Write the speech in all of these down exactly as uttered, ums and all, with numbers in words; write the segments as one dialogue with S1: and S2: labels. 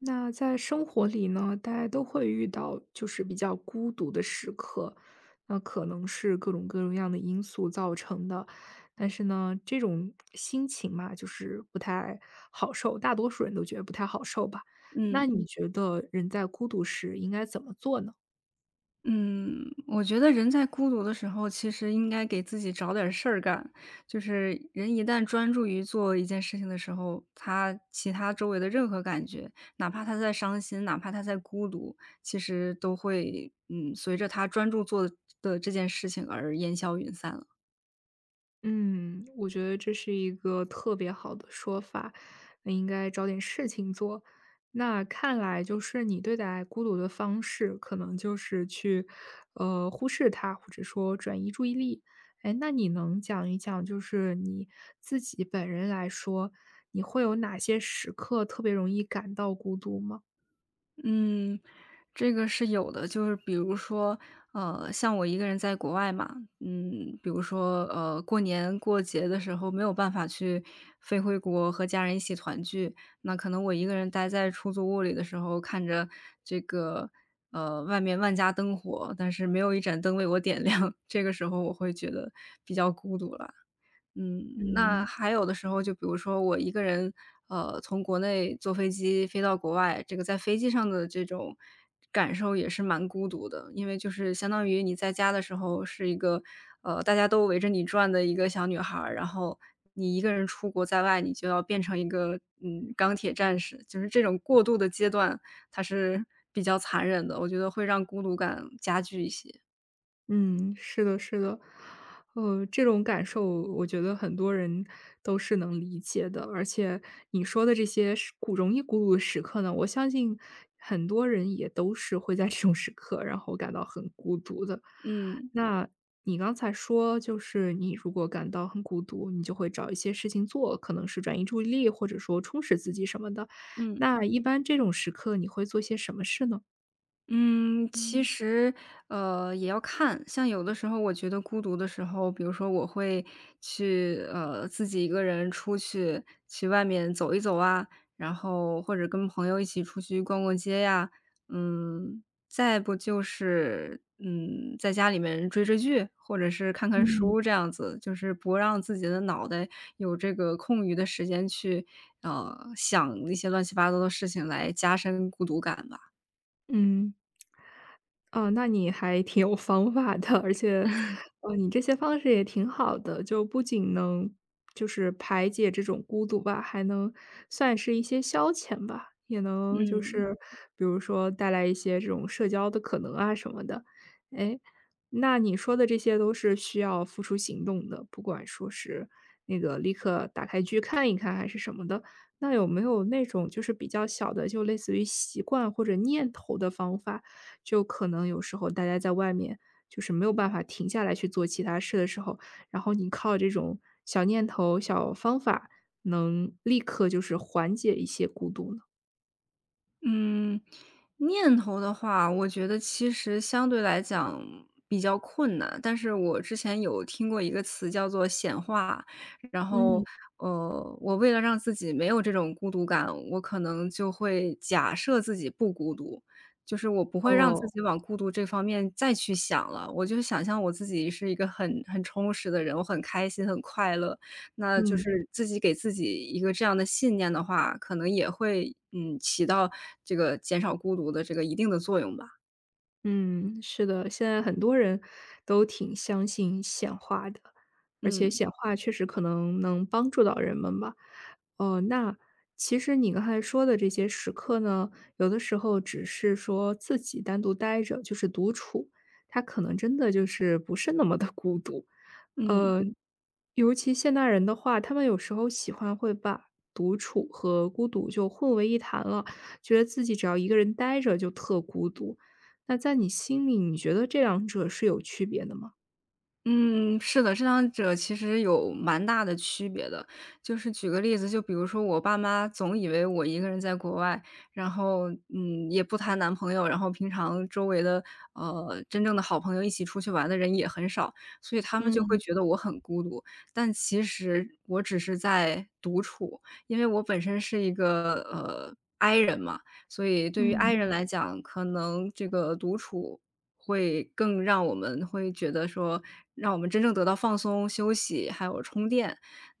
S1: 那在生活里呢，大家都会遇到就是比较孤独的时刻，那可能是各种各种样的因素造成的。但是呢，这种心情嘛，就是不太好受，大多数人都觉得不太好受吧。那
S2: 嗯
S1: 你嗯觉得人在孤独时应该怎么做呢？
S2: 嗯，我觉得人在孤独的时候，其实应该给自己找点儿事儿干。就是人一旦专注于做一件事情的时候，他其他周围的任何感觉，哪怕他在伤心，哪怕他在孤独，其实都会嗯随着他专注做的这件事情而烟消云散了。
S1: 嗯，我觉得这是一个特别好的说法，那应该找点事情做。那看来就是你对待孤独的方式，可能就是去，呃，忽视它，或者说转移注意力。哎，那你能讲一讲，就是你自己本人来说，你会有哪些时刻特别容易感到孤独吗？
S2: 嗯，这个是有的，就是比如说，呃，像我一个人在国外嘛。嗯，比如说，呃，过年过节的时候没有办法去飞回国和家人一起团聚，那可能我一个人待在出租屋里的时候，看着这个，呃，外面万家灯火，但是没有一盏灯为我点亮，这个时候我会觉得比较孤独了。嗯，那
S1: 嗯。
S2: 还有的时候，就比如说我一个人，呃，从国内坐飞机飞到国外，这个在飞机上的这种感受也是蛮孤独的。因为就是相当于你在家的时候是一个，呃，大家都围着你转的一个小女孩儿，然后你一个人出国在外，你就要变成一个，嗯，钢铁战士，就是这种过渡的阶段，它是比较残忍的，我觉得会让孤独感加剧一些。
S1: 嗯，是的，是的，呃，这种感受我觉得很多人都是能理解的，而且你说的这些时鼓容易孤独的时刻呢，我相信很多人也都是会在这种时刻，然后感到很孤独的。
S2: 嗯。
S1: 那你刚才说，就是你如果感到很孤独，你就会找一些事情做，可能是转移注意力，或者说充实自己什么的。
S2: 嗯。
S1: 那一般这种时刻，你会做些什么事呢？
S2: 嗯，其
S1: 嗯
S2: 实，呃，也要看。像有的时候我觉得孤独的时候，比如说我会去，呃，自己一个人出去，去外面走一走啊，然后或者跟朋友一起出去逛逛街呀。嗯，再不就是，嗯，在家里面追追剧，或者是看看
S1: 嗯。
S2: 书这样子，就是不让自己的脑袋有这个空余的时间去，呃，想一些乱七八糟的事情来加深孤独感吧。
S1: 嗯哦，那你还挺有方法的，而且，呃，你这些方式也挺好的，就不仅能就是排解这种孤独吧，还能算是一些消遣吧，也能就
S2: 嗯。
S1: 是比如说带来一些这种社交的可能啊什么的。哎，那你说的这些都是需要付出行动的，不管说是那个立刻打开剧看一看还是什么的，那有没有那种就是比较小的，就类似于习惯或者念头的方法？就可能有时候大家在外面就是没有办法停下来去做其他事的时候，然后你靠这种小念头、小方法，能立刻就是缓解一些孤独呢？
S2: 嗯，念头的话，我觉得其实相对来讲比较困难。但是我之前有听过一个词叫做显化，然后，
S1: 嗯，
S2: 呃，我为了让自己没有这种孤独感，我可能就会假设自己不孤独，就是我不会让
S1: 哦，
S2: 自己往孤独这方面再去想了。我就想象我自己是一个很很充实的人，我很开心，很快乐。那就
S1: 嗯。
S2: 是自己给自己一个这样的信念的话，可能也会，嗯，起到这个减少孤独的这个一定的作用吧。
S1: 嗯，是的，现在很多人都挺相信显化的，而且
S2: 嗯，
S1: 显化确实可能能帮助到人们吧。哦，那其实你刚才说的这些时刻呢，有的时候只是说自己单独待着，就是独处，它可能真的就是不是那么的孤独。
S2: 嗯。
S1: 呃，尤其现代人的话，他们有时候喜欢会把独处和孤独就混为一谈了，觉得自己只要一个人待着就特孤独。那在你心里，你觉得这两者是有区别的吗？
S2: 嗯，是的，这两者其实有蛮大的区别的。就是举个例子，就比如说我爸妈总以为我一个人在国外，然后，嗯，也不谈男朋友，然后平常周围的，呃，真正的好朋友一起出去玩的人也很少，所以他们就会
S1: 嗯
S2: 觉得我很孤独。但其实我只是在独处，因为我本身是一个，呃，I 人嘛，所以对于 I
S1: 嗯。
S2: 人来讲，可能这个独处会更让我们会觉得说，让我们真正得到放松、休息，还有充电。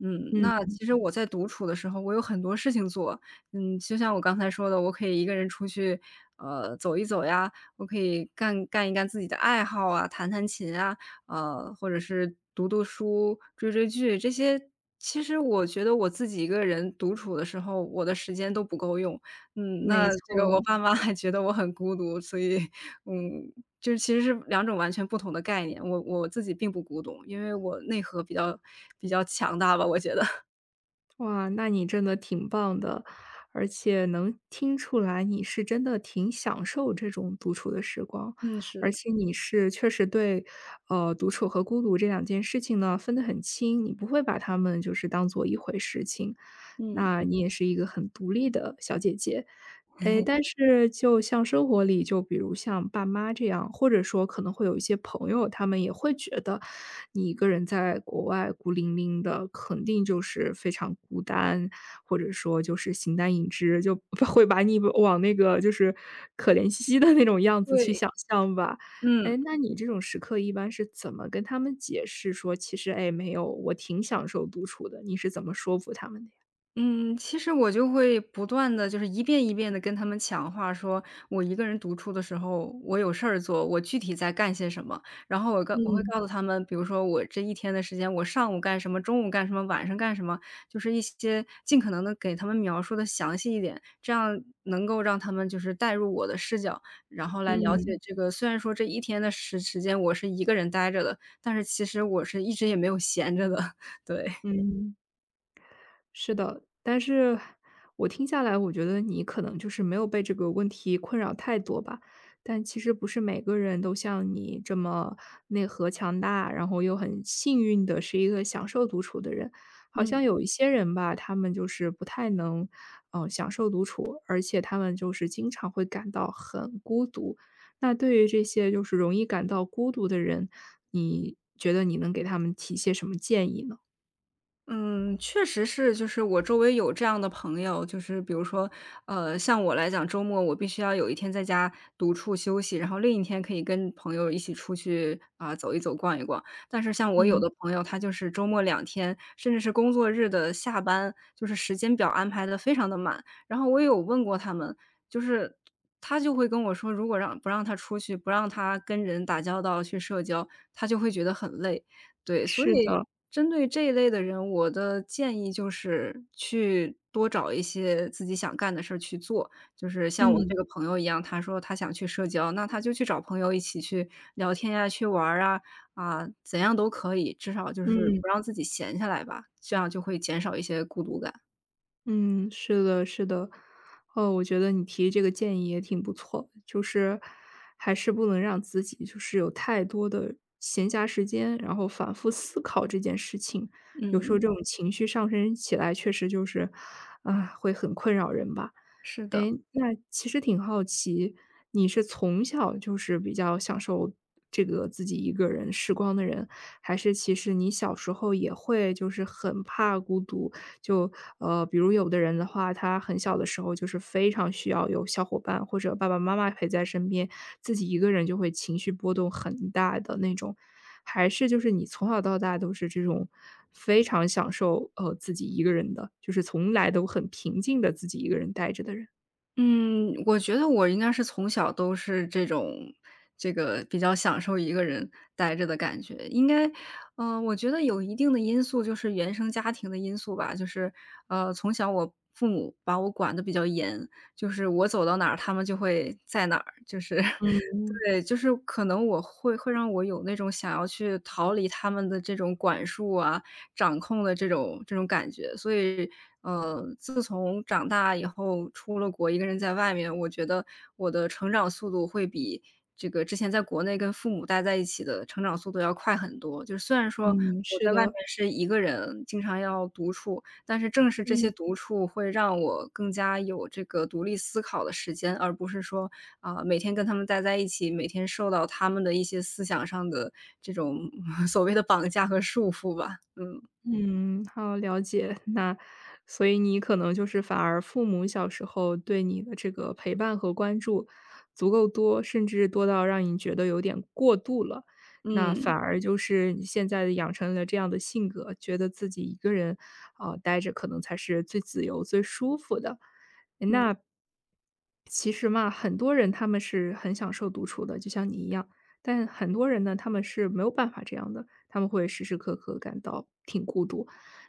S2: 嗯，
S1: 嗯，
S2: 那其实我在独处的时候，我有很多事情做。嗯，就像我刚才说的，我可以一个人出去，呃，走一走呀，我可以干干一干自己的爱好啊，弹弹琴啊，呃，或者是读读书、追追剧这些。其实我觉得我自己一个人独处的时候，我的时间都不够用。嗯，那
S1: 没
S2: 这个我
S1: 错。
S2: 爸妈还觉得我很孤独，所以，嗯，就是其实是两种完全不同的概念，我我自己并不古董，因为我内核比较比较强大吧，我觉得。
S1: 哇，那你真的挺棒的，而且能听出来你是真的挺享受这种独处的时光，
S2: 嗯，是。
S1: 而且你是确实对，呃，独处和孤独这两件事情呢分得很清，你不会把它们就是当做一回事情，
S2: 嗯。
S1: 那你也是一个很独立的小姐姐。诶，但 是就像生活里，就比如像爸妈这样，或者说可能会有一些朋友，他们也会觉得你一个人在国外孤零零的，肯定就是非常孤单，或者说就是形单影只，就会把你往那个就是可怜兮兮的那种样子去
S2: 对。
S1: 想象吧。
S2: 嗯。
S1: 哎，那你这种时刻一般是怎么跟他们解释说，其实哎，没有，我挺享受独处的，你是怎么说服他们的呀？
S2: 嗯，其实我就会不断的就是一遍一遍的跟他们强化说，我一个人独处的时候，我有事儿做，我具体在干些什么。然后我告我会
S1: 嗯
S2: 告诉他们，比如说我这一天的时间，我上午干什么，中午干什么，晚上干什么，就是一些尽可能的给他们描述的详细一点，这样能够让他们就是带入我的视角，然后来了嗯
S1: 嗯
S2: 解这个虽然说这一天的时时间我是一个人待着的，但是其实我是一直也没有闲着的，对。
S1: 嗯。是的，但是我听下来，我觉得你可能就是没有被这个问题困扰太多吧。但其实不是每个人都像你这么内核强大，然后又很幸运的是一个享受独处的人。好
S2: 嗯。
S1: 像有一些人吧，他们就是不太能，嗯，享受独处，而且他们就是经常会感到很孤独。那对于这些就是容易感到孤独的人，你觉得你能给他们提些什么建议呢？
S2: 嗯，确实是，就是我周围有这样的朋友，就是比如说，呃，像我来讲，周末我必须要有一天在家独处休息，然后另一天可以跟朋友一起出去啊、走一走、逛一逛。但是像我有
S1: 嗯，
S2: 的朋友，他就是周末两天，甚至是工作日的下班，就是时间表安排的非常的满。然后我也有问过他们，就是他就会跟我说，如果让不让他出去，不让他跟人打交道去社交，他就会觉得很累。对，所
S1: 是
S2: 以
S1: 的，
S2: 针对这一类的人，我的建议就是去多找一些自己想干的事儿去做。就是像我嗯这
S1: 嗯。
S2: 个朋友一样，他说他想去社交，那他就去找朋友一起去聊天呀，去玩儿啊，啊，怎样都可以，至少就是嗯
S1: 嗯
S2: 不让自己闲下来吧，这样就会减少一些孤独感。
S1: 嗯，是的，是的，哦，我觉得你提这个建议也挺不错，就是还是不能让自己就是有太多的闲暇时间，然后反复思考这件事情，有时候
S2: 嗯，
S1: 这种情绪上升起来，确实就是，啊、会很困扰人吧。
S2: 是的。
S1: 哎，那其实挺好奇，你是从小就是比较享受这个自己一个人时光的人，还是其实你小时候也会就是很怕孤独？就呃，比如有的人的话，他很小的时候就是非常需要有小伙伴或者爸爸妈妈陪在身边，自己一个人就会情绪波动很大的那种。还是就是你从小到大都是这种非常享受，呃，自己一个人的，就是从来都很平静的自己一个人待着的人？
S2: 嗯，我觉得我应该是从小都是这种这个比较享受一个人待着的感觉。应该呃，我觉得有一定的因素就是原生家庭的因素吧，就是呃，从小我父母把我管得比较严，就是我走到哪儿，他们就会在哪儿，就是
S1: 嗯，
S2: 对，就是可能我会会让我有那种想要去逃离他们的这种管束啊，掌控的这种这种感觉。所以，呃，自从长大以后出了国，一个人在外面，我觉得我的成长速度会比这个之前在国内跟父母待在一起的成长速度要快很多。就是虽然说
S1: 嗯，
S2: 我
S1: 是
S2: 在外面
S1: 的，
S2: 是一个人，经常要独处，但是正是这些
S1: 嗯。
S2: 独处会让我更加有这个独立思考的时间，而不是说啊、每天跟他们待在一起，每天受到他们的一些思想上的这种 所谓的绑架和束缚吧。嗯。
S1: 嗯，好，了解。那所以你可能就是反而父母小时候对你的这个陪伴和关注足够多，甚至多到让你觉得有点过度了。那
S2: 嗯，
S1: 反而就是你现在养成了这样的性格，觉得自己一个人啊、呃待着可能才是最自由、最舒服的。
S2: 嗯，
S1: 那其实嘛，很多人他们是很享受独处的，就像你一样，但很多人呢，他们是没有办法这样的。他们会时时刻刻感到挺孤独。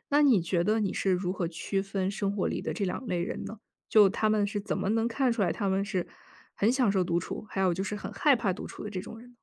S1: 那你觉得你是如何区分生活里的这两类人呢？就他们是怎么能看出来他们是很享受独处，还有就是很害怕独处的这种人呢？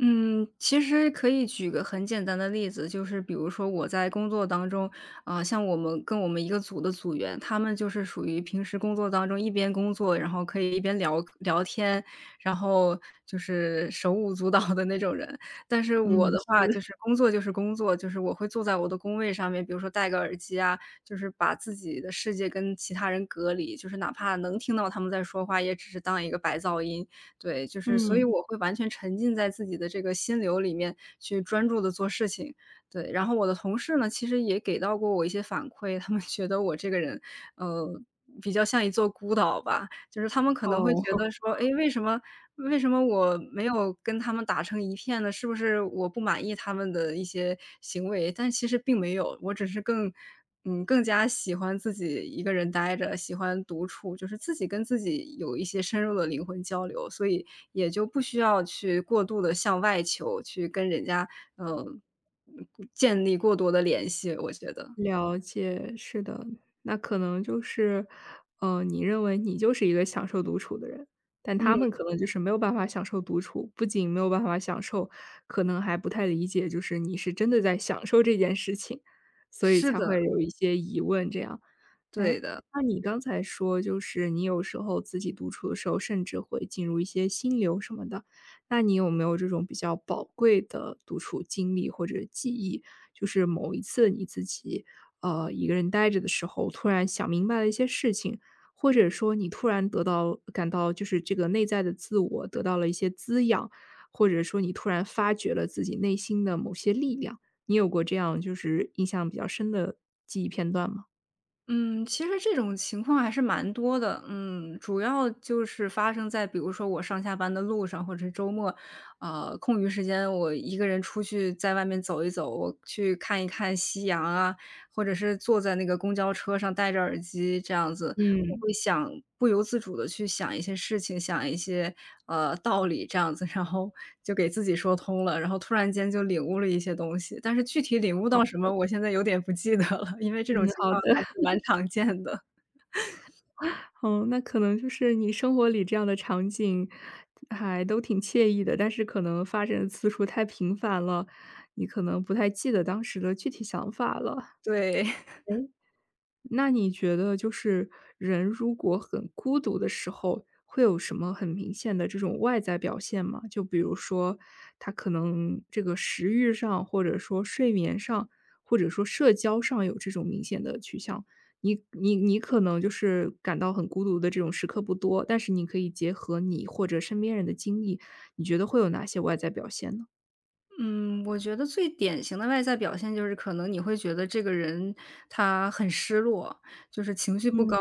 S2: 嗯，其实可以举个很简单的例子，就是比如说我在工作当中，呃，像我们跟我们一个组的组员，他们就是属于平时工作当中一边工作，然后可以一边聊聊天，然后就是手舞足蹈的那种人。但是我
S1: 嗯，
S2: 的话就
S1: 是，
S2: 是工作就是工作，就是我会坐在我的工位上面，比如说戴个耳机啊，就是把自己的世界跟其他人隔离，就是哪怕能听到他们在说话，也只是当一个白噪音。对，就是所以
S1: 嗯。
S2: 我会完全沉浸在自己的这个心流里面去专注的做事情。对，然后我的同事呢，其实也给到过我一些反馈，他们觉得我这个人，呃，比较像一座孤岛吧。就是他们可能会觉
S1: 哦。
S2: 得说，哎，为什么为什么我没有跟他们打成一片呢？是不是我不满意他们的一些行为？但其实并没有，我只是更嗯，更加喜欢自己一个人待着，喜欢独处，就是自己跟自己有一些深入的灵魂交流，所以也就不需要去过度的向外求，去跟人家，呃，建立过多的联系，我觉得。
S1: 了解，是的，那可能就是，呃，你认为你就是一个享受独处的人，但
S2: 嗯，
S1: 他们可能就是没有办法享受独处，不仅没有办法享受，可能还不太理解，就是你是真的在享受这件事情，所以
S2: 是
S1: 才
S2: 的，
S1: 会有一些疑问这样。哎，
S2: 对的。
S1: 那你刚才说，就是你有时候自己独处的时候，甚至会进入一些心流什么的。那你有没有这种比较宝贵的独处经历或者记忆？就是某一次你自己，呃，一个人待着的时候，突然想明白了一些事情，或者说你突然得到感到就是这个内在的自我得到了一些滋养，或者说你突然发觉了自己内心的某些力量，你有过这样就是印象比较深的记忆片段吗？
S2: 嗯，其实这种情况还是蛮多的，嗯，主要就是发生在比如说我上下班的路上，或者是周末，呃，空余时间我一个人出去在外面走一走，我去看一看夕阳啊，或者是坐在那个公交车上戴着耳机这样子，
S1: 嗯，
S2: 我会想不由自主的去想一些事情，想一些，呃，道理这样子，然后就给自己说通了，然后突然间就领悟了一些东西。但是具体领悟到什么，我现在有点不记得了，因为这种
S1: 嗯，
S2: 情
S1: 好
S2: 况
S1: 的。
S2: 还是蛮常见的，
S1: 哦，那可能就是你生活里这样的场景还都挺惬意的，但是可能发生的次数太频繁了，你可能不太记得当时的具体想法了。
S2: 对。
S1: 那你觉得就是人如果很孤独的时候，会有什么很明显的这种外在表现吗？就比如说他可能这个食欲上，或者说睡眠上，或者说社交上有这种明显的趋向。你你你可能就是感到很孤独的这种时刻不多，但是你可以结合你或者身边人的经历，你觉得会有哪些外在表现呢？
S2: 嗯，我觉得最典型的外在表现就是可能你会觉得这个人他很失落，就是情绪不高，
S1: 嗯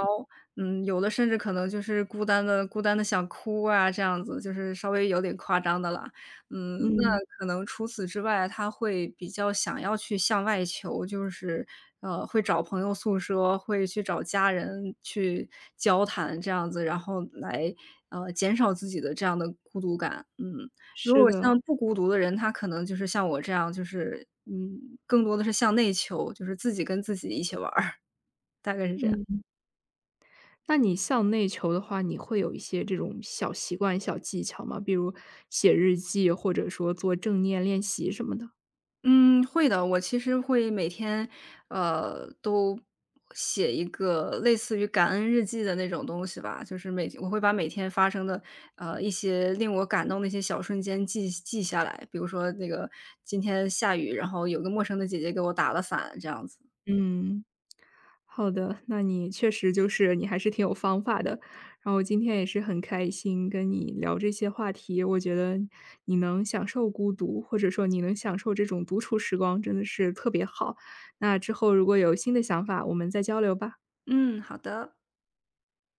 S2: 嗯，有的甚至可能就是孤单的，孤单的想哭啊，这样子，就是稍微有点夸张的啦。嗯，那
S1: 嗯，
S2: 可能除此之外，他会比较想要去向外求，就是呃，会找朋友诉说，会去找家人去交谈这样子，然后来，呃，减少自己的这样的孤独感。嗯。如
S1: 是
S2: 果
S1: 的，
S2: 像不孤独的人，他可能就是像我这样，就是嗯，更多的是向内求，就是自己跟自己一起玩儿，大概是这样。
S1: 嗯。那你向内求的话，你会有一些这种小习惯、小技巧吗？比如写日记，或者说做正念练习什么的？
S2: 嗯，会的，我其实会每天，呃，都写一个类似于感恩日记的那种东西吧，就是每我会把每天发生的，呃，一些令我感动的一些小瞬间记记下来，比如说那个今天下雨，然后有个陌生的姐姐给我打了伞，这样子。
S1: 嗯。好的，那你确实就是你还是挺有方法的。然后今天也是很开心跟你聊这些话题，我觉得你能享受孤独，或者说你能享受这种独处时光，真的是特别好。那之后如果有新的想法，我们再交流吧。
S2: 嗯，好的。